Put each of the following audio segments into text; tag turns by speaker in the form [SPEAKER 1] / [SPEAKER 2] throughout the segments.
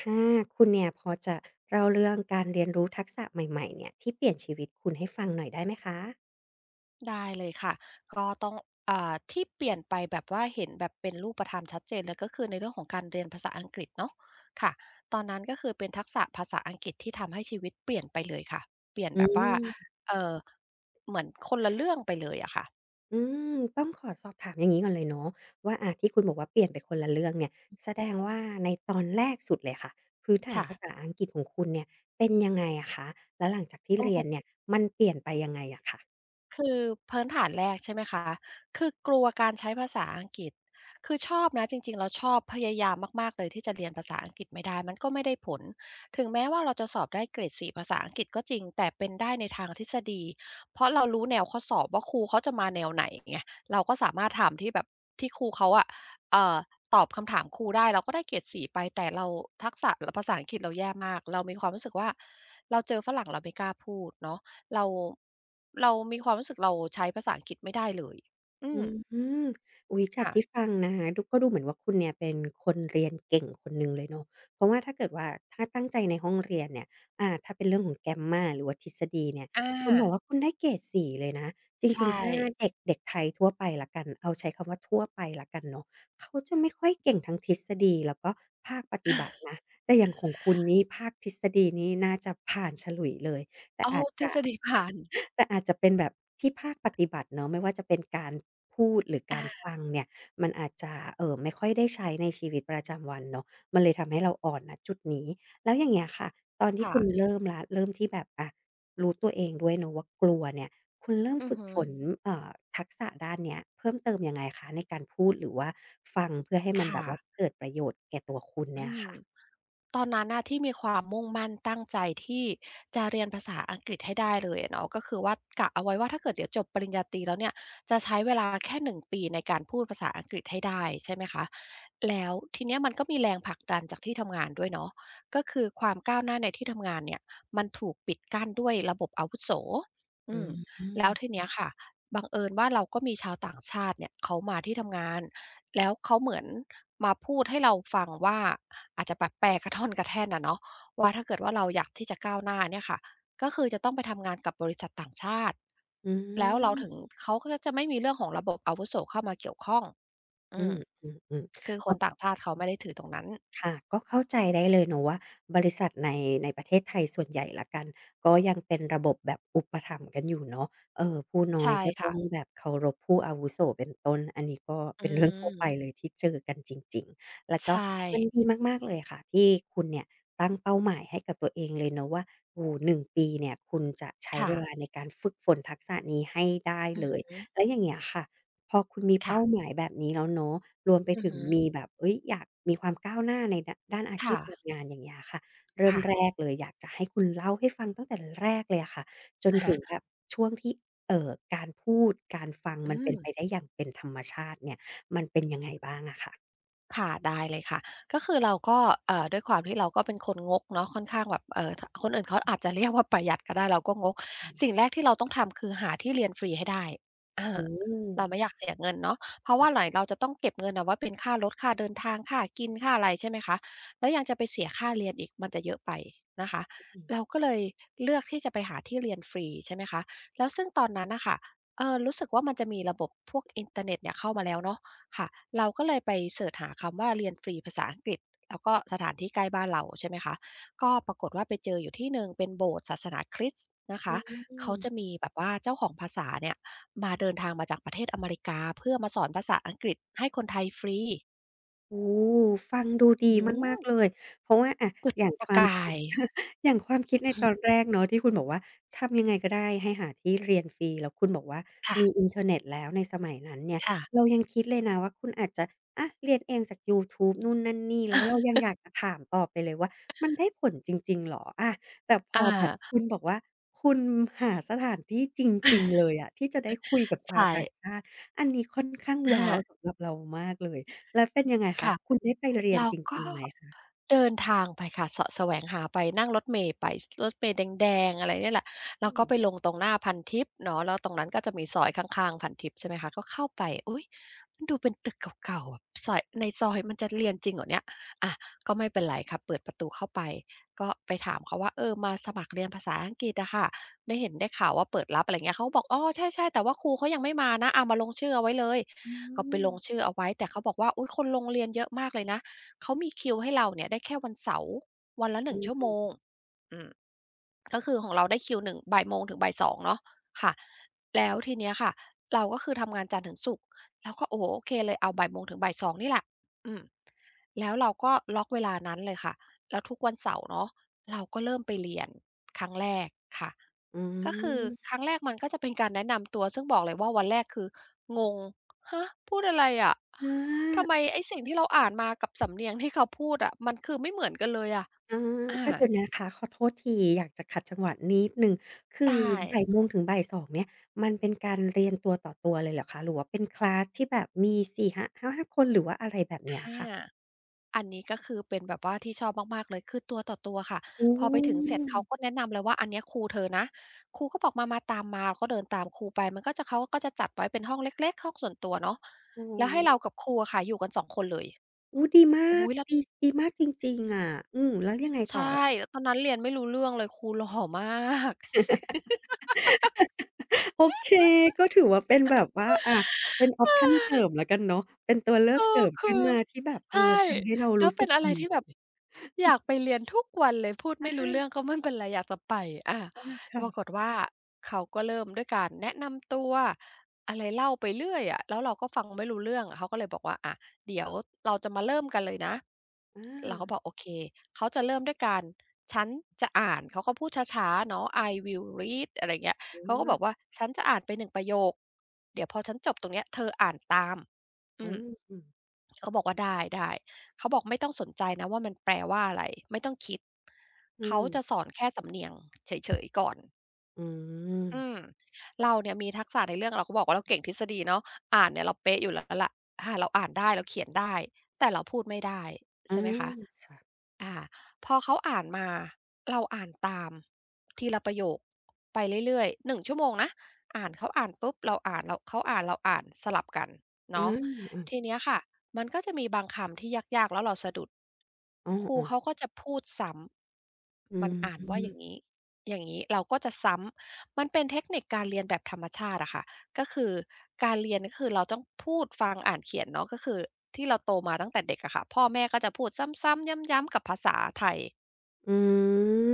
[SPEAKER 1] ค่ะคุณเนี่ยพอจะเล่าเรื่องการเรียนรู้ทักษะใหม่ๆเนี่ยที่เปลี่ยนชีวิตคุณให้ฟังหน่อยได้ไหมคะ
[SPEAKER 2] ได้เลยค่ะก็ต้องที่เปลี่ยนไปแบบว่าเห็นแบบเป็นรูปธรรมชัดเจนเลยก็คือในเรื่องของการเรียนภาษาอังกฤษเนาะค่ะตอนนั้นก็คือเป็นทักษะภาษาอังกฤษที่ทำให้ชีวิตเปลี่ยนไปเลยค่ะเปลี่ยน
[SPEAKER 1] อื
[SPEAKER 2] แบบว่า
[SPEAKER 1] ม
[SPEAKER 2] เอ่อเหมือนคนละเรื่องไปเลยอะค่ะ
[SPEAKER 1] อืมต้องขอสอบถามอย่างงี้ก่อนเลยเนาะว่าที่คุณบอกว่าเปลี่ยนไปคนละเรื่องเนี่ยแสดงว่าในตอนแรกสุดเลยค่ะพื้นฐาน
[SPEAKER 2] ค่ะ
[SPEAKER 1] ภาษาอังกฤษของคุณเนี่ยเป็นยังไงอะคะแล้วหลังจากที่
[SPEAKER 2] โอ้
[SPEAKER 1] เรี
[SPEAKER 2] โฮ
[SPEAKER 1] ยนเนี่ยมันเปลี่ยนไปยังไงอะคะ
[SPEAKER 2] คือพื้นฐานแรกใช่ไหมคะคือกลัวการใช้ภาษาอังกฤษคือชอบนะจริงๆเราชอบพยายามมากๆเลยที่จะเรียนภาษาอังกฤษไม่ได้มันก็ไม่ได้ผล ถึงแม้ว่าเราจะสอบได้เกรด4ภาษาอังกฤษก็จริงแต่เป็นได้ในทางทฤษฎีเพราะเรารู้แนวข้อสอบว่าครูเขาจะมาแนวไหนไงเราก็สามารถถามที่แบบที่ครูเขาอะเอ่อตอบคำถามครูได้เราก็ได้เกรดสี่ไปแต่เราทักษะภาษาอังกฤษเราแย่มากเรามีความรู้สึกว่าเราเจอฝรั่งเราไม่กล้าพูดเนาะ เราเรามีความรู้สึกเราใช้ภาษาอังกฤษไม่ได้เลย อื
[SPEAKER 1] อื
[SPEAKER 2] ม
[SPEAKER 1] มอุ๊ยจาก
[SPEAKER 2] ค่ะ
[SPEAKER 1] ที่ฟังนะดูก็ดูเหมือนว่าคุณเนี่ยเป็นคนเรียนเก่งคนหนึ่งเลยเนาะเพราะว่าถ้าเกิดว่าถ้าตั้งใจในห้องเรียนเนี่ยถ้าเป็นเรื่องของ Grammar หรือว่าทฤษฎีเนี่ย
[SPEAKER 2] อา
[SPEAKER 1] คุณบอกว่าคุณได้เกรด4เลยนะจ
[SPEAKER 2] ใช่
[SPEAKER 1] ริงๆ ถ้าเด็กเด็กไทยทั่วไปแล้วกันเอาใช้คำว่าทั่วไปแล้วกันเนาะเขาจะไม่ค่อยเก่งทั้งทฤษฎีแล้วก็ภาคปฏิบัติ นะ แต่อย่างของคุณนี่ภาคทฤษฎีนี่น่าจะผ่านฉลุยเลยแต่
[SPEAKER 2] เอา
[SPEAKER 1] อาจ
[SPEAKER 2] ทฤ
[SPEAKER 1] จะ
[SPEAKER 2] ษฎีผ่าน
[SPEAKER 1] แต่อาจจะเป็นแบบที่ภาคปฏิบัติเนาะไม่ว่าจะเป็นการพูดหรือกา
[SPEAKER 2] อา
[SPEAKER 1] รฟังเนี่ยมันอาจจะไม่ค่อยได้ใช้ในชีวิตประจำวันเนาะมันเลยทำให้เราอ่อนณจุดนี้แล้วอย่างเงี้ยค่ะตอนที่
[SPEAKER 2] ค่ะ
[SPEAKER 1] คุณเริ่มแล้วเริ่มที่แบบอะรู้ตัวเองด้วยเนาะว่ากลัวเนี่ยคุณเริ่ม
[SPEAKER 2] อือ
[SPEAKER 1] ฝึก
[SPEAKER 2] ฮึ
[SPEAKER 1] ฝนเอ่อทักษะด้านเนี้ยเพิ่มเติมยังไงคะในการพูดหรือว่าฟังเพื่อให้มันแบ
[SPEAKER 2] ค่ะ
[SPEAKER 1] บว่าเกิดประโยชน์แก่ตัวคุณเนี่
[SPEAKER 2] อื
[SPEAKER 1] ย
[SPEAKER 2] ม
[SPEAKER 1] ค่ะ
[SPEAKER 2] ตอนนั้นน่ะที่มีความมุ่งมั่นตั้งใจที่จะเรียนภาษาอังกฤษให้ได้เลยอะเนาะก็คือว่ากะเอาไว้ว่าถ้าเกิดเดี๋ยวจบปริญญาตรีแล้วเนี่ยจะใช้เวลาแค่1ปีในการพูดภาษาอังกฤษให้ได้ใช่ไหมคะแล้วทีเนี้ยมันก็มีแรงผลักดันจากที่ทำงานด้วยเนาะก็คือความก้าวหน้าในที่ทำงานเนี่ยมันถูกปิดกั้นด้วยระบบอาวุโส
[SPEAKER 1] อื
[SPEAKER 2] อืมแล้วที
[SPEAKER 1] ม
[SPEAKER 2] เนี้ยค่ะบังเอิญว่าเราก็มีชาวต่างชาติเนี่ยเขามาที่ทำงาน แล้วเขาเหมือนมาพูดให้เราฟังว่าอาจจะแบบแปลกระท่อนกระแท่นอะเนาะว่าถ้าเกิดว่าเราอยากที่จะก้าวหน้าเนี่ยค่ะก็คือจะต้องไปทำงานกับบริษัทต่างชาติ
[SPEAKER 1] อื
[SPEAKER 2] แล้วเราถึง
[SPEAKER 1] ม
[SPEAKER 2] เขาก็จะไม่มีเรื่องของระบบอาวุโสเข้ามาเกี่ยวข้อง
[SPEAKER 1] อื
[SPEAKER 2] อืม
[SPEAKER 1] มอ
[SPEAKER 2] คือค
[SPEAKER 1] อ
[SPEAKER 2] น
[SPEAKER 1] ๆๆ
[SPEAKER 2] ต่างชาติเขาไม่ได้ถือตรงนั้น
[SPEAKER 1] ค่ะก็เข้าใจได้เลยเนอะว่าบริษัทในในประเทศไทยส่วนใหญ่ละกันก็ยังเป็นระบบแบบอุปถัมภ์กันอยู่เนาะเออผู้น้อย
[SPEAKER 2] ใช่
[SPEAKER 1] ก็ต้
[SPEAKER 2] ค่ะ
[SPEAKER 1] องแบบเคารพผู้อาวุโสเป็นต้นอันนี้ก็
[SPEAKER 2] อื
[SPEAKER 1] เป็นเรื่องทั่วไป
[SPEAKER 2] ม
[SPEAKER 1] เลยที่เจอกันจริงๆแล้ว
[SPEAKER 2] ใช
[SPEAKER 1] ก็
[SPEAKER 2] ่
[SPEAKER 1] มันดีมากๆเลยค่ะที่คุณเนี่ยตั้งเป้าหมายให้กับตัวเองเลยเนาะว่าโอ้โฮ1ปีเนี่ยคุณจะใช้
[SPEAKER 2] ค่ะ
[SPEAKER 1] เวลาในการฝึกฝนทักษะนี้ให้ได้
[SPEAKER 2] อื
[SPEAKER 1] เล
[SPEAKER 2] อ
[SPEAKER 1] ย
[SPEAKER 2] ฮึ
[SPEAKER 1] แล้วอย่างเงี้ยค่ะ พอคุณมี
[SPEAKER 2] ค่ะ
[SPEAKER 1] เป้าหมายแบบนี้แล้วเนาะรวมไป
[SPEAKER 2] อือ
[SPEAKER 1] ถึง
[SPEAKER 2] ฮึ
[SPEAKER 1] มีแบบเฮ้ยอยากมีความก้าวหน้าในดด้านอาชี
[SPEAKER 2] ค่ะ
[SPEAKER 1] พการงานอย่างเงี้ยค่ะเริ่ม
[SPEAKER 2] ค่ะ
[SPEAKER 1] แรกเลยอยากจะให้คุณเล่าให้ฟังตั้งแต่แรกเลยอะค่ะจน
[SPEAKER 2] อะ
[SPEAKER 1] ถึ
[SPEAKER 2] ฮะ
[SPEAKER 1] งแบบช่วงที่การพูดการฟังมั
[SPEAKER 2] อื
[SPEAKER 1] นเป็
[SPEAKER 2] ม
[SPEAKER 1] นไปได้อย่างเป็นธรรมชาติเนี่ยมันเป็นยังไงบ้างอะค่ะ
[SPEAKER 2] ค่ะได้เลยค่ะก็คือเราก็ด้วยความที่เราก็เป็นคนงกเนาะค่อนข้างแบบเอ่อถคนอื่นเขาอาจจะเรียกว่าประหยัดก็ได้เราก็งก
[SPEAKER 1] อื
[SPEAKER 2] สิ่
[SPEAKER 1] ม
[SPEAKER 2] งแรกที่เราต้องทำคือหาที่เรียนฟรีให้ได้อา
[SPEAKER 1] โอ้
[SPEAKER 2] เราไม่อยากเสียเงินเนาะเพราะ
[SPEAKER 1] ค่ะ
[SPEAKER 2] ว่าไหนเราจะต้องเก็บเงินเอาไว้เป็นค่ารถค่าเดินทางค่ากินค่าอะไรใช่ไหมคะแล้วยังจะไปเสียค่าเรียนอีกมันจะเยอะไปนะคะ
[SPEAKER 1] อืม
[SPEAKER 2] เราก็เลยเลือกที่จะไปหาที่เรียนฟรีใช่ไหมคะแล้วซึ่งตอนนั้นน่ะค่ะเออรู้สึกว่ามันจะมีระบบพวกอินเทอร์เน็ตเนี่ยเข้ามาแล้วเนาะ ค่ะเราก็เลยไปเสิร์ชหาคำว่าเรียนฟรีภาษาอังกฤษแล้วก็สถานที่ใกล้บ้านเราใช่ไหมคะก็ปรากฏว่าไปเจออยู่ที่หนึ่งเป็นโบสถ์ศาสนาคริสต์นะ
[SPEAKER 1] อื
[SPEAKER 2] คะเขา
[SPEAKER 1] ม
[SPEAKER 2] จะมีแบบว่าเจ้าของภาษาเนี่ยมาเดินทางมาจากประเทศอเมริกาเพื่อมาสอนภาษาอังกฤษให้คนไทยฟรี
[SPEAKER 1] โอ้ฟังดูดี
[SPEAKER 2] อื
[SPEAKER 1] มาก
[SPEAKER 2] ม
[SPEAKER 1] ๆเลยเพราะว่าอะ
[SPEAKER 2] จุด
[SPEAKER 1] อย่าง
[SPEAKER 2] ป
[SPEAKER 1] ค
[SPEAKER 2] ระ
[SPEAKER 1] วาม
[SPEAKER 2] กาย
[SPEAKER 1] อย่างความคิดใน
[SPEAKER 2] อื
[SPEAKER 1] ตอน
[SPEAKER 2] ม
[SPEAKER 1] แรกเนาะที่คุณบอกว่าทำยังไงก็ได้ให้หาที่เรียนฟรีแล้วคุณบอกว่ามี
[SPEAKER 2] ค่ะ
[SPEAKER 1] อินเทอร์เน็ตแล้วในสมัยนั้นเนี่ย
[SPEAKER 2] ค่ะ
[SPEAKER 1] เรายังคิดเลยนะว่าคุณอาจจะอะเรียนเองจากยูทูบนู่นนั่นนี่แล้วเรายังอยากจะถามต่อไปเลยว่ามันได้ผลจริงๆเหรออาแต่พ
[SPEAKER 2] อ
[SPEAKER 1] อแบบ
[SPEAKER 2] า
[SPEAKER 1] คุณบอกว่าคุณหาสถานที่จริงๆเลยอะที่จะได้คุยกับชาว
[SPEAKER 2] ใช่
[SPEAKER 1] ต่างชาติอันนี้ค่อนข้างว้าว
[SPEAKER 2] อา
[SPEAKER 1] สำหรับเรามากเลย แล้วเป็นยังไงคะ
[SPEAKER 2] ค่ะ
[SPEAKER 1] คุณได้ไปเรียน
[SPEAKER 2] เรา
[SPEAKER 1] จริ
[SPEAKER 2] ก็
[SPEAKER 1] งๆไหมคะ
[SPEAKER 2] เดินทางไปค่ะเสาะแสวงหาไปนั่งรถเมล์ไปรถเมล์แดงๆอะไรเนี่ยแหละแล้ว
[SPEAKER 1] อื
[SPEAKER 2] ก็
[SPEAKER 1] ม
[SPEAKER 2] ไปลงตรงหน้าพันทิพย์เนาะแล้วตรงนั้นก็จะมีซอยข้างๆพันทิพย์ใช่ไหมคะก็เข้าไปอุ๊ยมันดูเป็นตึกเก่าๆแบบซอยในซอยมันจะเรียนจริงเหรอเนี่ยอะก็ไม่เป็นไรค่ะเปิดประตูเข้าไปก็ไปถามเขาว่าเออมาสมัครเรียนภาษาอังกฤษอะค่ะได้เห็นได้ข่าวว่าเปิดรับอะไรเงี้ยเขาก็บอกอ้อใช่ๆแต่ว่าครูเขายังไม่มานะอามาลงชื่อเอาไว้เลย
[SPEAKER 1] อื
[SPEAKER 2] ก็ไป
[SPEAKER 1] ม
[SPEAKER 2] ลงชื่อเอาไว้แต่เขาบอกว่าอุ๊ยคนลงเรียนเยอะมากเลยนะ เขามีคิวให้เราเนี่ยได้แค่วันเสาร์วันละห
[SPEAKER 1] อื
[SPEAKER 2] นึ่งชั่วโม
[SPEAKER 1] ม
[SPEAKER 2] งอืม ก็คือของเราได้คิวหนึ่งบ่ายโมงถึงบ่ายสองเนาะค่ะแล้วทีเนี้ยค่ะเราก็คือทำงานจันทร์ถึงศุกร์เราก็โอ้โฮโอเคเลยเอาบ่ายโมงถึงบ่ายสองนี่แหละอืมแล้วเราก็ล็อกเวลานั้นเลยค่ะแล้วทุกวันเสาร์เนาะเราก็เริ่มไปเรียนครั้งแรกค่ะ
[SPEAKER 1] อื
[SPEAKER 2] ก็คือ
[SPEAKER 1] ม
[SPEAKER 2] ครั้งแรกมันก็จะเป็นการแนะนำตัวซึ่งบอกเลยว่าวันแรกคืองงฮะพูดอะไรอะ
[SPEAKER 1] อ
[SPEAKER 2] ทำไม
[SPEAKER 1] า
[SPEAKER 2] ไอ้สิ่งที่เราอ่านมากับสำเนียงที่เขาพูดอะมันคือไม่เหมือนกันเลยอะ
[SPEAKER 1] อา
[SPEAKER 2] อา
[SPEAKER 1] เอ๊ยเดี๋ยวนะคะขอโทษทีอยากจะขัดจังหวะนิดหนึ่ง คือ
[SPEAKER 2] ได้
[SPEAKER 1] บ่ายโมงถึงบ่าย2เนี่ยมันเป็นการเรียนตัวต่อตัวเลยเหรอคะหรือว่าเป็นคลาสที่แบบมี4้5คนหรือว่าอะไรแบบเนี้ยค่ะ
[SPEAKER 2] อา อันนี้ก็คือเป็นแบบว่าที่ชอบมากๆเลยคือตัวต่อตัวค่ะ
[SPEAKER 1] อื
[SPEAKER 2] พอไปถึงเสร็จ
[SPEAKER 1] ม
[SPEAKER 2] เขาก็แนะนำเลยว่าอันเนี้ยครูเธอนะครูก็บอกมามาตามมาเราก็เดินตามครูไปมันก็จะเขาก็จะจัดไว้เป็นห้องเล็กๆห้องส่วนตัวเนาะ
[SPEAKER 1] อ๋
[SPEAKER 2] แล้วให้เรา
[SPEAKER 1] อ
[SPEAKER 2] กับครูอะค่ะอยู่กันสองคนเลย
[SPEAKER 1] อุ๊ยดีมาก
[SPEAKER 2] โอ้๊ยแล้ว
[SPEAKER 1] ดีดีมากจริงๆอะอืมแล้วยังไงต่
[SPEAKER 2] ใช่
[SPEAKER 1] อ
[SPEAKER 2] แล้วตอนนั้นเรียนไม่รู้เรื่องเลยครูหล่อมาก
[SPEAKER 1] โอเคก็ถือว่าเป็นแบบว่าอะเป็นออปชันเสริมแล้วกันเนาะเป็นตัวเลือ
[SPEAKER 2] เอ
[SPEAKER 1] กเส
[SPEAKER 2] อ
[SPEAKER 1] ริม
[SPEAKER 2] คื
[SPEAKER 1] ขึ้น
[SPEAKER 2] อ
[SPEAKER 1] มาที่แบบเออ
[SPEAKER 2] ใช่
[SPEAKER 1] ทำให้เรา
[SPEAKER 2] แล้ว
[SPEAKER 1] รู้
[SPEAKER 2] เป็
[SPEAKER 1] สึก
[SPEAKER 2] นอะไร
[SPEAKER 1] ดี
[SPEAKER 2] ที่แบบอยากไปเรียนทุกวันเลยพูดไม่รู้
[SPEAKER 1] อา
[SPEAKER 2] เรื่องก็ไม่เป็นไรอยากจะไปอา
[SPEAKER 1] อาค่ะ
[SPEAKER 2] ปรากฏว่าเขาก็เริ่มด้วยการแนะนำตัวอะไรเล่าไปเรื่อยอะแล้วเราก็ฟังไม่รู้เรื่องเขาก็เลยบอกว่าเดี๋ยวเราจะมาเริ่มกันเลยนะ
[SPEAKER 1] อ
[SPEAKER 2] เราก็บอกโอ
[SPEAKER 1] า
[SPEAKER 2] เคเขาจะเริ่มด้วยการฉันจะอ่านเขาก็พูดช้าๆเนาะ "I will read" อะไรอย่างเงี้ย
[SPEAKER 1] อ๋อ
[SPEAKER 2] เขาก็บอกว่าฉันจะอ่านไปหนึ่งประโยคเดี๋ยวพอฉันจบตรงเนี้ยเธออ่านตาม
[SPEAKER 1] อื
[SPEAKER 2] อืม
[SPEAKER 1] ม
[SPEAKER 2] เขาบอกว่าได้ได้เขาบอกไม่ต้องสนใจนะว่ามันแปลว่าอะไรไม่ต้องคิด
[SPEAKER 1] อื
[SPEAKER 2] เขา
[SPEAKER 1] ม
[SPEAKER 2] จะสอนแค่สำเนียงเฉยๆก่อน
[SPEAKER 1] อืม
[SPEAKER 2] อืมเราเนี่ยมีทักษะในเรื่องเราก็บอกว่าเราเก่งทฤษฎีเนาะอ่านเนี่ยเราเป๊ะอยู่แล้วแหละเราอ่านได้เราเขียนได้แต่เราพูดไม่ได้
[SPEAKER 1] อา
[SPEAKER 2] ใช่ไหมคะ
[SPEAKER 1] ค่ะ
[SPEAKER 2] อาพอเขาอ่านมา เราอ่านตามทีละประโยคไปเรื่อยๆ1ชั่วโมงนะอ่านเขาอ่านปุ๊บเราอ่านเราเขาอ่านเราอ่านสลับกัน
[SPEAKER 1] อา
[SPEAKER 2] เนาะ
[SPEAKER 1] ๆ
[SPEAKER 2] ทีเนี้ยค่ะมันก็จะมีบางคำที่ยากๆ แล้วเราสะดุด
[SPEAKER 1] อ้
[SPEAKER 2] ครู
[SPEAKER 1] อๆ
[SPEAKER 2] เขาก็จะพูดซ้
[SPEAKER 1] อื
[SPEAKER 2] ำมันอ่านว่าอย่าง
[SPEAKER 1] ม
[SPEAKER 2] นี้อย่างนี้เราก็จะซ้ำมันเป็นเทคนิคการเรียนแบบธรรมชาติอะค่ะ ก็คือการเรียนก็คือเราต้องพูดฟังอ่านเขียนเนาะก็คือที่เราโตมาตั้งแต่เด็กอะค่ะพ่อแม่ก็จะพูดซ้ำๆย้ำๆกับภาษาไทย
[SPEAKER 1] อื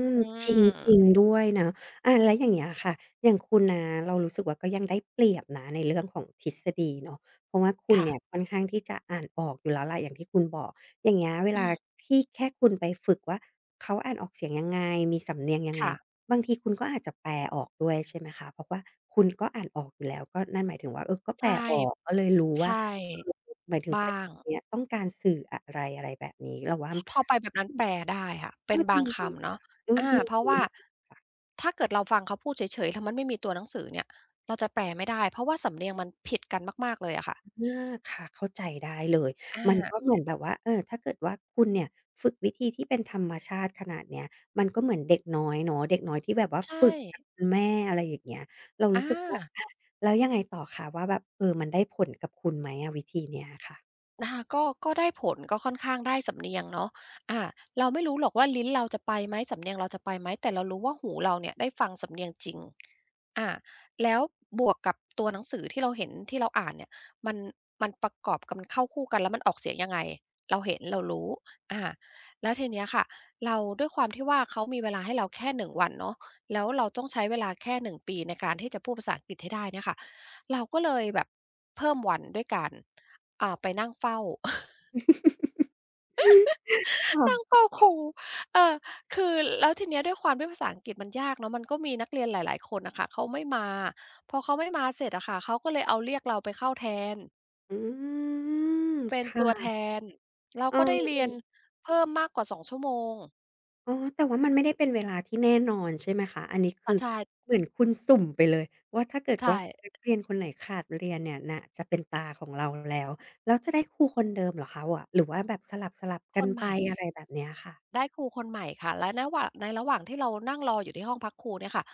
[SPEAKER 1] ม
[SPEAKER 2] อื
[SPEAKER 1] จริง
[SPEAKER 2] ม
[SPEAKER 1] ๆด้วยนะอาแล้วอย่างเงี้ยค่ะอย่างคุณนะเรารู้สึกว่าก็ยังได้เปรียบนะในเรื่องของทฤษฎีเนาะเพราะว่าคุณ
[SPEAKER 2] ค่ะ
[SPEAKER 1] เนี่ยค่อนข้างที่จะอ่านออกอยู่แล้วแหละอย่างที่คุณบอกอย่างเงี้ยเว
[SPEAKER 2] อื
[SPEAKER 1] ลา
[SPEAKER 2] ม
[SPEAKER 1] ที่แค่คุณไปฝึกว่าเขาอ่านออกเสียงยังไงมีสำเนียงยังไง
[SPEAKER 2] ค่ะ
[SPEAKER 1] บางทีคุณก็อาจจะแปลออกด้วยใช่ไหมคะเพราะว่าคุณก็อ่านออกอยู่แล้วก็นั่นหมายถึงว่าเออก็แปล
[SPEAKER 2] ใช่
[SPEAKER 1] ออกก็เลยรู้ว่า
[SPEAKER 2] ใช่
[SPEAKER 1] เออหมายถึงประ
[SPEAKER 2] บ้า
[SPEAKER 1] โย
[SPEAKER 2] ง
[SPEAKER 1] คเนี้ยต้องการสื่ออะไรอะไรแบบนี้เราว่า
[SPEAKER 2] ชพอไปแบบนั้นแปลได้ค่ะเป็
[SPEAKER 1] ก็
[SPEAKER 2] นบา
[SPEAKER 1] ดี
[SPEAKER 2] ง
[SPEAKER 1] ดี
[SPEAKER 2] คำเนาะ
[SPEAKER 1] ค่ะเออดี
[SPEAKER 2] เพราะ
[SPEAKER 1] ดี
[SPEAKER 2] ว่า
[SPEAKER 1] มาก
[SPEAKER 2] ถ้าเกิดเราฟังเขาพูดเฉยๆแล้วมันไม่มีตัวหนังสือเนี่ยเราจะแปลไม่ได้เพราะว่าสำเนียงมันผิดกันมากๆเลยอะค่ะ
[SPEAKER 1] มากค่ะเข้าใจได้เลย
[SPEAKER 2] อ
[SPEAKER 1] มันก็
[SPEAKER 2] า
[SPEAKER 1] เหมือนแบบว่าเออถ้าเกิดว่าคุณเนี่ยฝึกวิธีที่เป็นธรรมชาติขนาดเนี้ยมันก็เหมือนเด็กน้อยเนาะเด็กน้อยที่แบบว่า
[SPEAKER 2] ใช่
[SPEAKER 1] ฝึกจากคุณแม่อะไรอย่างเงี้ยเรา
[SPEAKER 2] อา
[SPEAKER 1] รู้สึกว่าอาแล้วยังไงต่อคะว่าแบบเออมันได้ผลกับคุณไหมอะวิธีเนี้ยค่ะ
[SPEAKER 2] อาก็ก็ได้ผลก็ค่อนข้างได้สำเนียงเนาะอาเราไม่รู้หรอกว่าลิ้นเราจะไปไหมสำเนียงเราจะไปไหมแต่เรารู้ว่าหูเราเนี่ยได้ฟังสำเนียงจริงอาแล้วบวกกับตัวหนังสือที่เราเห็นที่เราอ่านเนี่ยมันมันประกอบกับมันเข้าคู่กันแล้วมันออกเสียงยังไงเราเห็นเรารู้อาแล้วทีเนี้ยค่ะเราด้วยความที่ว่าเขามีเวลาให้เราแค่หนึ่งวันเนาะแล้วเราต้องใช้เวลาแค่หนึ่งปีในการที่จะพูดภาษาอังกฤษให้ได้เนี่ยค่ะเราก็เลยแบบเพิ่มวันด้วยกัน อ่าไปนั่งเฝ้า นั่ง
[SPEAKER 1] ค่ะ
[SPEAKER 2] เฝ้าครูเออคือแล้วทีเนี้ยด้วยความที่ภาษาอังกฤษมันยากเนาะมันก็มีนักเรียนหลายๆคนนะคะเขาไม่มาพอเขาไม่มาเสร็จอะค่ะเขาก็เลยเอาเรียกเราไปเข้าแทน
[SPEAKER 1] อืม
[SPEAKER 2] เป็น
[SPEAKER 1] ค
[SPEAKER 2] ตัวแท
[SPEAKER 1] ่ะ
[SPEAKER 2] นเราก็ได้
[SPEAKER 1] เออ
[SPEAKER 2] เรียนเพิ่มมากกว่า2ชั่วโมง
[SPEAKER 1] อ๋อ แต่ว่ามันไม่ได้เป็นเวลาที่แน่นอนใช่ไหมคะ อันนี้คื
[SPEAKER 2] อา
[SPEAKER 1] อ
[SPEAKER 2] ใช่
[SPEAKER 1] เหมือนคุณสุ่มไปเลยว่าถ้าเกิดว่า
[SPEAKER 2] ใช่
[SPEAKER 1] นักเรียนคนไหนขาดเรียนเนี่ยน่ะจะเป็นตาของเราแล้วแล้วจะได้ครูคนเดิมเหรอคะวะหรือว่าแบบสลับๆ
[SPEAKER 2] ค
[SPEAKER 1] กัน
[SPEAKER 2] นให
[SPEAKER 1] ไป
[SPEAKER 2] ม่
[SPEAKER 1] อะไรแบบเนี้ยค่ะ
[SPEAKER 2] ได้ครูคนใหม่ค่ะและในระหว่างที่เรานั่งรออยู่ที่ห้องพักครูเนี่ยค่ะ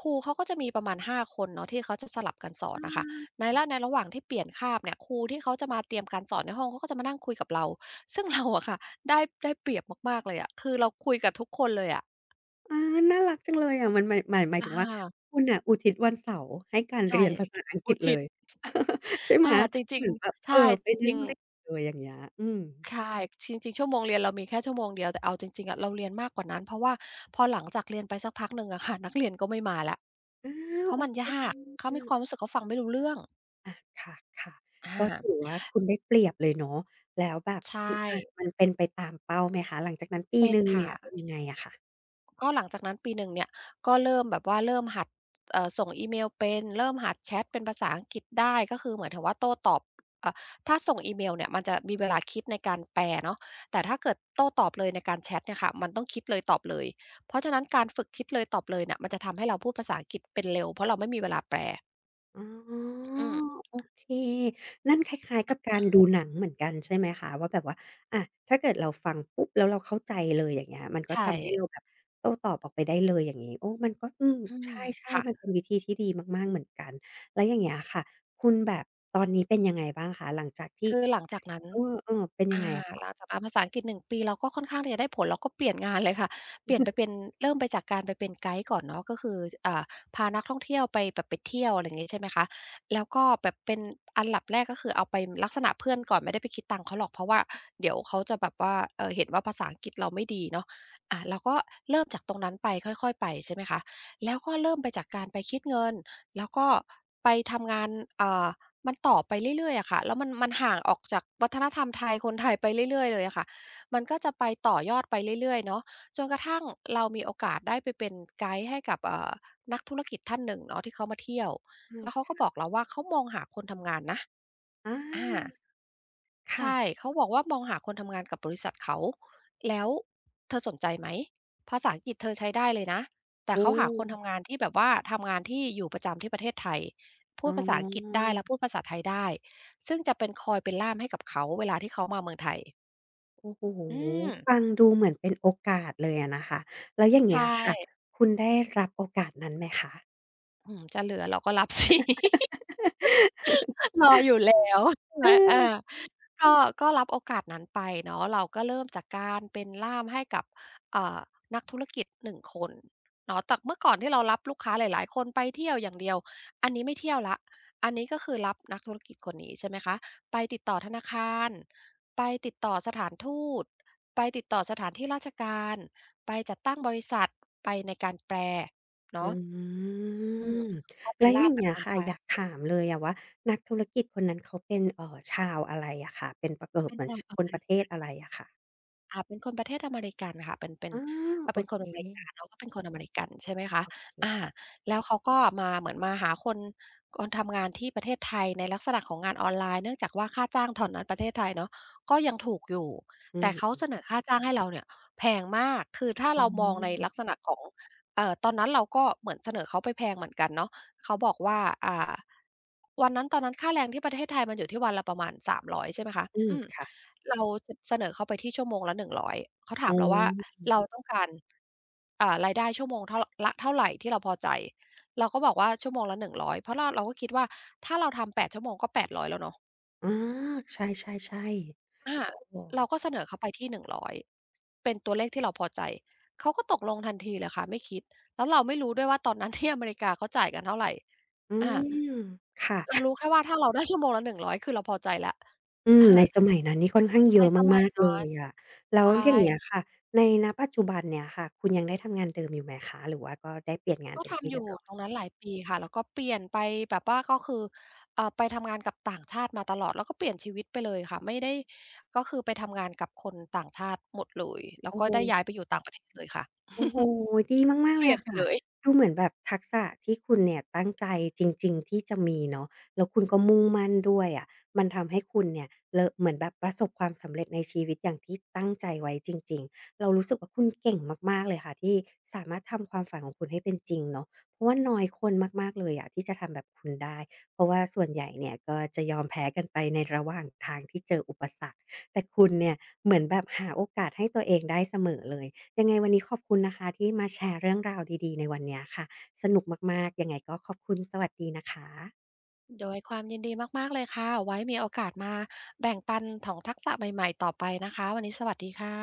[SPEAKER 2] ครูเขาก็จะมีประมาณห้าคนเนาะที่เขาจะสลับกันสอ
[SPEAKER 1] อ
[SPEAKER 2] นนะคะ
[SPEAKER 1] า
[SPEAKER 2] ในละในระหว่างที่เปลี่ยนคาบเนี่ยครูที่เขาจะมาเตรียมการสอนในห้องเขาก็จะมานั่งคุยกับเราซึ่งเราอะค่ะได้ได้เปรียบมากๆเลยอะคือเราคุยกับทุกคนเลยอะ
[SPEAKER 1] อาน่ารักจังเลยอะมันหมาย
[SPEAKER 2] อา
[SPEAKER 1] ถึงว่าคุณน่ะอุทิศวันเสาร์ให้การ
[SPEAKER 2] ใช่
[SPEAKER 1] เรียนภาษาอังกฤ
[SPEAKER 2] อุ
[SPEAKER 1] ษเล
[SPEAKER 2] ทิศ
[SPEAKER 1] ย ใช่ไหม
[SPEAKER 2] อาจ
[SPEAKER 1] เห
[SPEAKER 2] ริง
[SPEAKER 1] มือนแบบ
[SPEAKER 2] ๆ
[SPEAKER 1] เออ
[SPEAKER 2] ใช่
[SPEAKER 1] ไป
[SPEAKER 2] จ
[SPEAKER 1] นั่
[SPEAKER 2] ริ
[SPEAKER 1] ง
[SPEAKER 2] งๆ
[SPEAKER 1] เล่นเลยอย่างเงี้ยอืม
[SPEAKER 2] ใช่จริงๆชั่วโมงเรียนเรามีแค่ชั่วโมงเดียวแต่เอาจริงๆอะเราเรียนมากกว่านั้นเพราะว่าพอหลังจากเรียนไปสักพักหนึ่งอะค่ะ นักเรียนก็ไม่มาแล้ว
[SPEAKER 1] อา
[SPEAKER 2] เพราะ
[SPEAKER 1] โอ
[SPEAKER 2] มัน
[SPEAKER 1] เค
[SPEAKER 2] ยากเขามีความ
[SPEAKER 1] อา
[SPEAKER 2] รู้สึกเขาฟังไม่รู้เรื่อง
[SPEAKER 1] ค่ะค่ะ ก็
[SPEAKER 2] อา
[SPEAKER 1] ถือว่าคุณได้เปรียบเลยเนาะแล้วแบบ
[SPEAKER 2] ใช่
[SPEAKER 1] ออะมันเป็นไปตามเป้าไหมคะหลังจากนั้นปี
[SPEAKER 2] เป็
[SPEAKER 1] ห
[SPEAKER 2] น
[SPEAKER 1] นึ่งเนี่
[SPEAKER 2] ค่ะ
[SPEAKER 1] ยเป็นยังไงอะค่ะ
[SPEAKER 2] ก็หลังจากนั้นปีหนึ่งเนี่ยก็เริ่มแบบว่าเริ่มหัดส่งอีเมลเป็นเริ่มหัดแชตเป็นภาษาอังกฤษได้ก็คือเหมือนถับว่าโต้ตอบเอ่อถ้าส่งอีเมลเนี่ยมันจะมีเวลาคิดในการแปลเนาะแต่ถ้าเกิดโต้ตอบเลยในการแชตเนี่ยค่ะมันต้องคิดเลยตอบเลยเพราะฉะนั้นการฝึกคิดเลยตอบเลยเนี่ยมันจะทำให้เราพูดภาษาอังกฤษเป็นเร็วเพราะเราไม่มีเวลาแปล
[SPEAKER 1] อ๋อ
[SPEAKER 2] อืม
[SPEAKER 1] โอเคนั่นคล้ายๆกับการดูหนังเหมือนกันใช่ไหมคะว่าแบบว่าอะถ้าเกิดเราฟังปุ๊บแล้วเราเข้าใจเลยอย่างเงี้ยมันก็
[SPEAKER 2] ใช่
[SPEAKER 1] ทำให้เราแบบโต้ตอบออกไปได้เลยอย่างงี้โอ้มันก็อืม
[SPEAKER 2] อื
[SPEAKER 1] ใ
[SPEAKER 2] ม
[SPEAKER 1] ช่
[SPEAKER 2] ค่ะ
[SPEAKER 1] ๆมันเป็นวิธีที่ดีมากๆเหมือนกันแล้วอย่างเงี้ยค่ะคุณแบบตอนนี้เป็นยังไงบ้างคะหลังจากที่
[SPEAKER 2] คือหลัง
[SPEAKER 1] ได้
[SPEAKER 2] จากนั้น
[SPEAKER 1] เออๆเป็นยัง
[SPEAKER 2] อา
[SPEAKER 1] ไงอะคะ
[SPEAKER 2] หลังจากนั้นภาษาอังกฤษ1ปีเราก็ค่อนข้างที่จะได้ผลเราก็เปลี่ยนงานเลยค่ะเปลี่ยนไปเป็นเริ่มไปจากการไปเป็นไกด์ก่อนเนาะก็คืออ่าพานักท่องเที่ยวไปแบบไปเที่ยวอะไรอย่างงี้ใช่ไหมคะแล้วก็แบบเป็นอันดับแรกก็คือเอาไปลักษณะเพื่อนก่อนไม่ได้ไปคิดตังค์เขาหรอกเพราะว่าเดี๋ยวเขาจะแบบว่าเห็นว่าภาษาอังกฤษเราไม่ดีเนาะอาเราก็เริ่มจากตรงนั้นไปค่อยๆไปใช่ไหมคะแล้วก็เริ่มไปจากการไปคิดเงินแล้วก็ไปทำงานอ่า มันต่อไปเรื่อยๆอะค่ะแล้วมันมันห่างออกจากวัฒนธรรมไทยคนไทยไปเรื่อยๆ เลยอะค่ะมันก็จะไปต่อยอดไปเรื่อยๆเนาะจนกระทั่งเรามีโอกาสได้ไปเป็นไกด์ให้กับนักธุรกิจท่านหนึ่งเนาะที่เขามาเที่ยวแล้วเขา
[SPEAKER 1] เออ
[SPEAKER 2] ก็บอกเราว่าเขามองหาคนทำงานนะ
[SPEAKER 1] อ
[SPEAKER 2] อา
[SPEAKER 1] าค่ะ
[SPEAKER 2] ใช่ เขาบอกว่ามองหาคนทำงานกับบริษัทเขาแล้วเธอสนใจไหมภาษาอังกฤษเธอใช้ได้เลยนะแต่
[SPEAKER 1] โอ้
[SPEAKER 2] เขาหาคนทำงานที่แบบว่าทำงานที่อยู่ประจำที่ประเทศไทยพู
[SPEAKER 1] อ๋
[SPEAKER 2] ดภาษาอังกฤษ
[SPEAKER 1] อ
[SPEAKER 2] ได้และพูดภาษาไทยได้ซึ่งจะเป็นคอยเป็นล่ามให้กับเขาเวลาที่เขามาเมืองไทย
[SPEAKER 1] โอ้โฮ
[SPEAKER 2] อืม
[SPEAKER 1] ฟังดูเหมือนเป็นโอกาสเลยอะนะคะ แล้วอย่าง
[SPEAKER 2] ใช
[SPEAKER 1] เงี้ยค่ะ
[SPEAKER 2] ่
[SPEAKER 1] คุณได้รับโอกาสนั้นไหมคะ
[SPEAKER 2] อื้ือจะเหลือเราก็รับ สิ รออยู่แล้ว ใช่
[SPEAKER 1] เอ
[SPEAKER 2] ไหม
[SPEAKER 1] อ
[SPEAKER 2] อาก็ก็รับโอกาสนั้นไปเนาะเราก็เริ่มจากการเป็นล่ามให้กับอ่านักธุรกิจ1คนเนาะจากเมื่อก่อนที่เรารับลูกค้าหลายๆคนไปเที่ยวอย่างเดียวอันนี้ไม่เที่ยวแล้วอันนี้ก็คือรับนักธุรกิจคนนี้ใช่ไหมคะไปติดต่อธนาคารไปติดต่อสถานทูตไปติดต่อสถานที่ราชการไปจัดตั้งบริษัทไปในการแปล
[SPEAKER 1] อื
[SPEAKER 2] เนาะอืม
[SPEAKER 1] ม
[SPEAKER 2] ก็เป็
[SPEAKER 1] แล้
[SPEAKER 2] น
[SPEAKER 1] วอ
[SPEAKER 2] ล่า
[SPEAKER 1] ย่า
[SPEAKER 2] ม
[SPEAKER 1] ง
[SPEAKER 2] แบบ
[SPEAKER 1] เงี้ย
[SPEAKER 2] นั้น
[SPEAKER 1] ค่ะ
[SPEAKER 2] ไป
[SPEAKER 1] อยากถามเลยอะว่านักธุรกิจคนนั้นเขาเป็นชาวอะไรอะคะเป็นป
[SPEAKER 2] เป็
[SPEAKER 1] เห
[SPEAKER 2] น
[SPEAKER 1] มือน
[SPEAKER 2] ชา
[SPEAKER 1] ช
[SPEAKER 2] วอ
[SPEAKER 1] ค
[SPEAKER 2] เม
[SPEAKER 1] นประเท
[SPEAKER 2] ริ
[SPEAKER 1] ศอะไรอะค่ะ
[SPEAKER 2] อ่าเป็นคนประเทศอเมริกันค่ะเป็น
[SPEAKER 1] ออ
[SPEAKER 2] เรา
[SPEAKER 1] โอ
[SPEAKER 2] เป็นค
[SPEAKER 1] เค
[SPEAKER 2] นอเมริกาเขาก็เป็นคนอเมริกันใช่ไหมคะ
[SPEAKER 1] โอเค
[SPEAKER 2] อา
[SPEAKER 1] ค่ะ
[SPEAKER 2] แล้วเขาก็มาเหมือนมาหาคนทำงานที่ประเทศไทยในลักษณะของงานออนไลน์เนื่องจากว่าค่าจ้างตอนนั้นประเทศไทยเนาะก็ยังถูกอยู่
[SPEAKER 1] อื
[SPEAKER 2] แต่
[SPEAKER 1] ม
[SPEAKER 2] เขาเสนอค่าจ้างให้เราเนี่ยแพงมากคือถ้า
[SPEAKER 1] อื
[SPEAKER 2] เรามองในลักษ
[SPEAKER 1] ม
[SPEAKER 2] ณะของตอนนั้นเราก็เหมือนเสนอเขาไปแพงเหมือนกันเนาะเขาบอกว่าอ่าวันนั้นตอนนั้นค่าแรงที่ประเทศไทยมันอยู่ที่วันละประมาณ300ใช่ไหมคะ
[SPEAKER 1] อืม
[SPEAKER 2] อืม
[SPEAKER 1] ค่ะ
[SPEAKER 2] เราเสนอเขาไปที่ชั่วโมงละ100เขาถา
[SPEAKER 1] อ๋อ
[SPEAKER 2] มเราว่าเราต้องการอ่ารายได้ชั่วโมงเท่าละเท่าไรที่เราพอใจเราก็บอกว่าชั่วโมงละ 100" เพราะเราก็คิดว่าถ้าเราทำ8ชั่วโมงก็800แล้วเนาะ
[SPEAKER 1] อาใช่ๆ
[SPEAKER 2] อา
[SPEAKER 1] ๆ โอ้โฮ
[SPEAKER 2] เราก็เสนอเขาไปที่1อยเป็นตัวเลขที่เราพอใจเขาก็ตกลงทันทีเลยค่ะไม่คิดแล้วเราไม่รู้ด้วยว่าตอนนั้นที่อเมริกาเขาจ่ายกันเท่าไร
[SPEAKER 1] อื
[SPEAKER 2] อา
[SPEAKER 1] ม
[SPEAKER 2] เรา
[SPEAKER 1] ค่ะ
[SPEAKER 2] รู้แค่ว่าถ้าเราได้ชั่วโมงละหนึ่งร้อยคือเราพอใจแล้ว
[SPEAKER 1] อืม
[SPEAKER 2] อา
[SPEAKER 1] ในสมัยนั้นนี่ค่อนข้างเย
[SPEAKER 2] ใน
[SPEAKER 1] อะ
[SPEAKER 2] สมั
[SPEAKER 1] มา
[SPEAKER 2] ย
[SPEAKER 1] กๆเล
[SPEAKER 2] นั้น
[SPEAKER 1] ยอะแล้
[SPEAKER 2] ใช
[SPEAKER 1] วอ
[SPEAKER 2] ่
[SPEAKER 1] ย่างเงี้ยค่ะ ในณปัจจุบันเนี่ยค่ะ คุณยังได้ทำงานเดิมอยู่ไหมคะ หรือว่าก็ได้เปลี่ยนงาน
[SPEAKER 2] ก็
[SPEAKER 1] เป็นที่
[SPEAKER 2] ทำอ
[SPEAKER 1] เรีย
[SPEAKER 2] ยู่
[SPEAKER 1] บร้อย
[SPEAKER 2] ตรงนั้นหลายปีค่ะแล้วก็เปลี่ยนไปแบบว่าก็คือไปทำงานกับต่างชาติมาตลอดแล้วก็เปลี่ยนชีวิตไปเลยค่ะไม่ได้ก็คือไปทำงานกับคนต่างชาติหมดเลยแล้ว
[SPEAKER 1] โอ้
[SPEAKER 2] ก็
[SPEAKER 1] โฮ
[SPEAKER 2] ได้ย้ายไปอยู่ต่างประเทศเลยค่ะ
[SPEAKER 1] โอ้โฮดีมากๆ
[SPEAKER 2] เป
[SPEAKER 1] เล
[SPEAKER 2] ลี่
[SPEAKER 1] ย
[SPEAKER 2] ยน
[SPEAKER 1] อะ
[SPEAKER 2] ไป
[SPEAKER 1] ค่ะ
[SPEAKER 2] เลย
[SPEAKER 1] ดูเหมือนแบบทักษะที่คุณเนี่ยตั้งใจจริงๆที่จะมีเนาะแล้วคุณก็มุ่งมั่นด้วยอะมันทำให้คุณเนี่ยเลอเหมือนแบบประสบความสำเร็จในชีวิตอย่างที่ตั้งใจไว้จริงๆเรารู้สึกว่าคุณเก่งมากๆเลยค่ะที่สามารถทำความฝันของคุณให้เป็นจริงเนาะเพราะว่าน้อยคนมากๆเลยอะที่จะทำแบบคุณได้เพราะว่าส่วนใหญ่เนี่ยก็จะยอมแพ้กันไปในระหว่างทางที่เจออุปสรรคแต่คุณเนี่ยเหมือนแบบหาโอกาสให้ตัวเองได้เสมอเลย ยังไงวันนี้ขอบคุณนะคะที่มาแชร์เรื่องราวดีๆในวันเนี้ยค่ะสนุกมากๆยังไงก็ขอบคุณสวัสดีนะคะ
[SPEAKER 2] ด้วยความยินดีมากๆเลยค่ะไว้มีโอกาสมาแบ่งปันของทักษะใหม่ๆต่อไปนะคะวันนี้สวัสดีค่ะ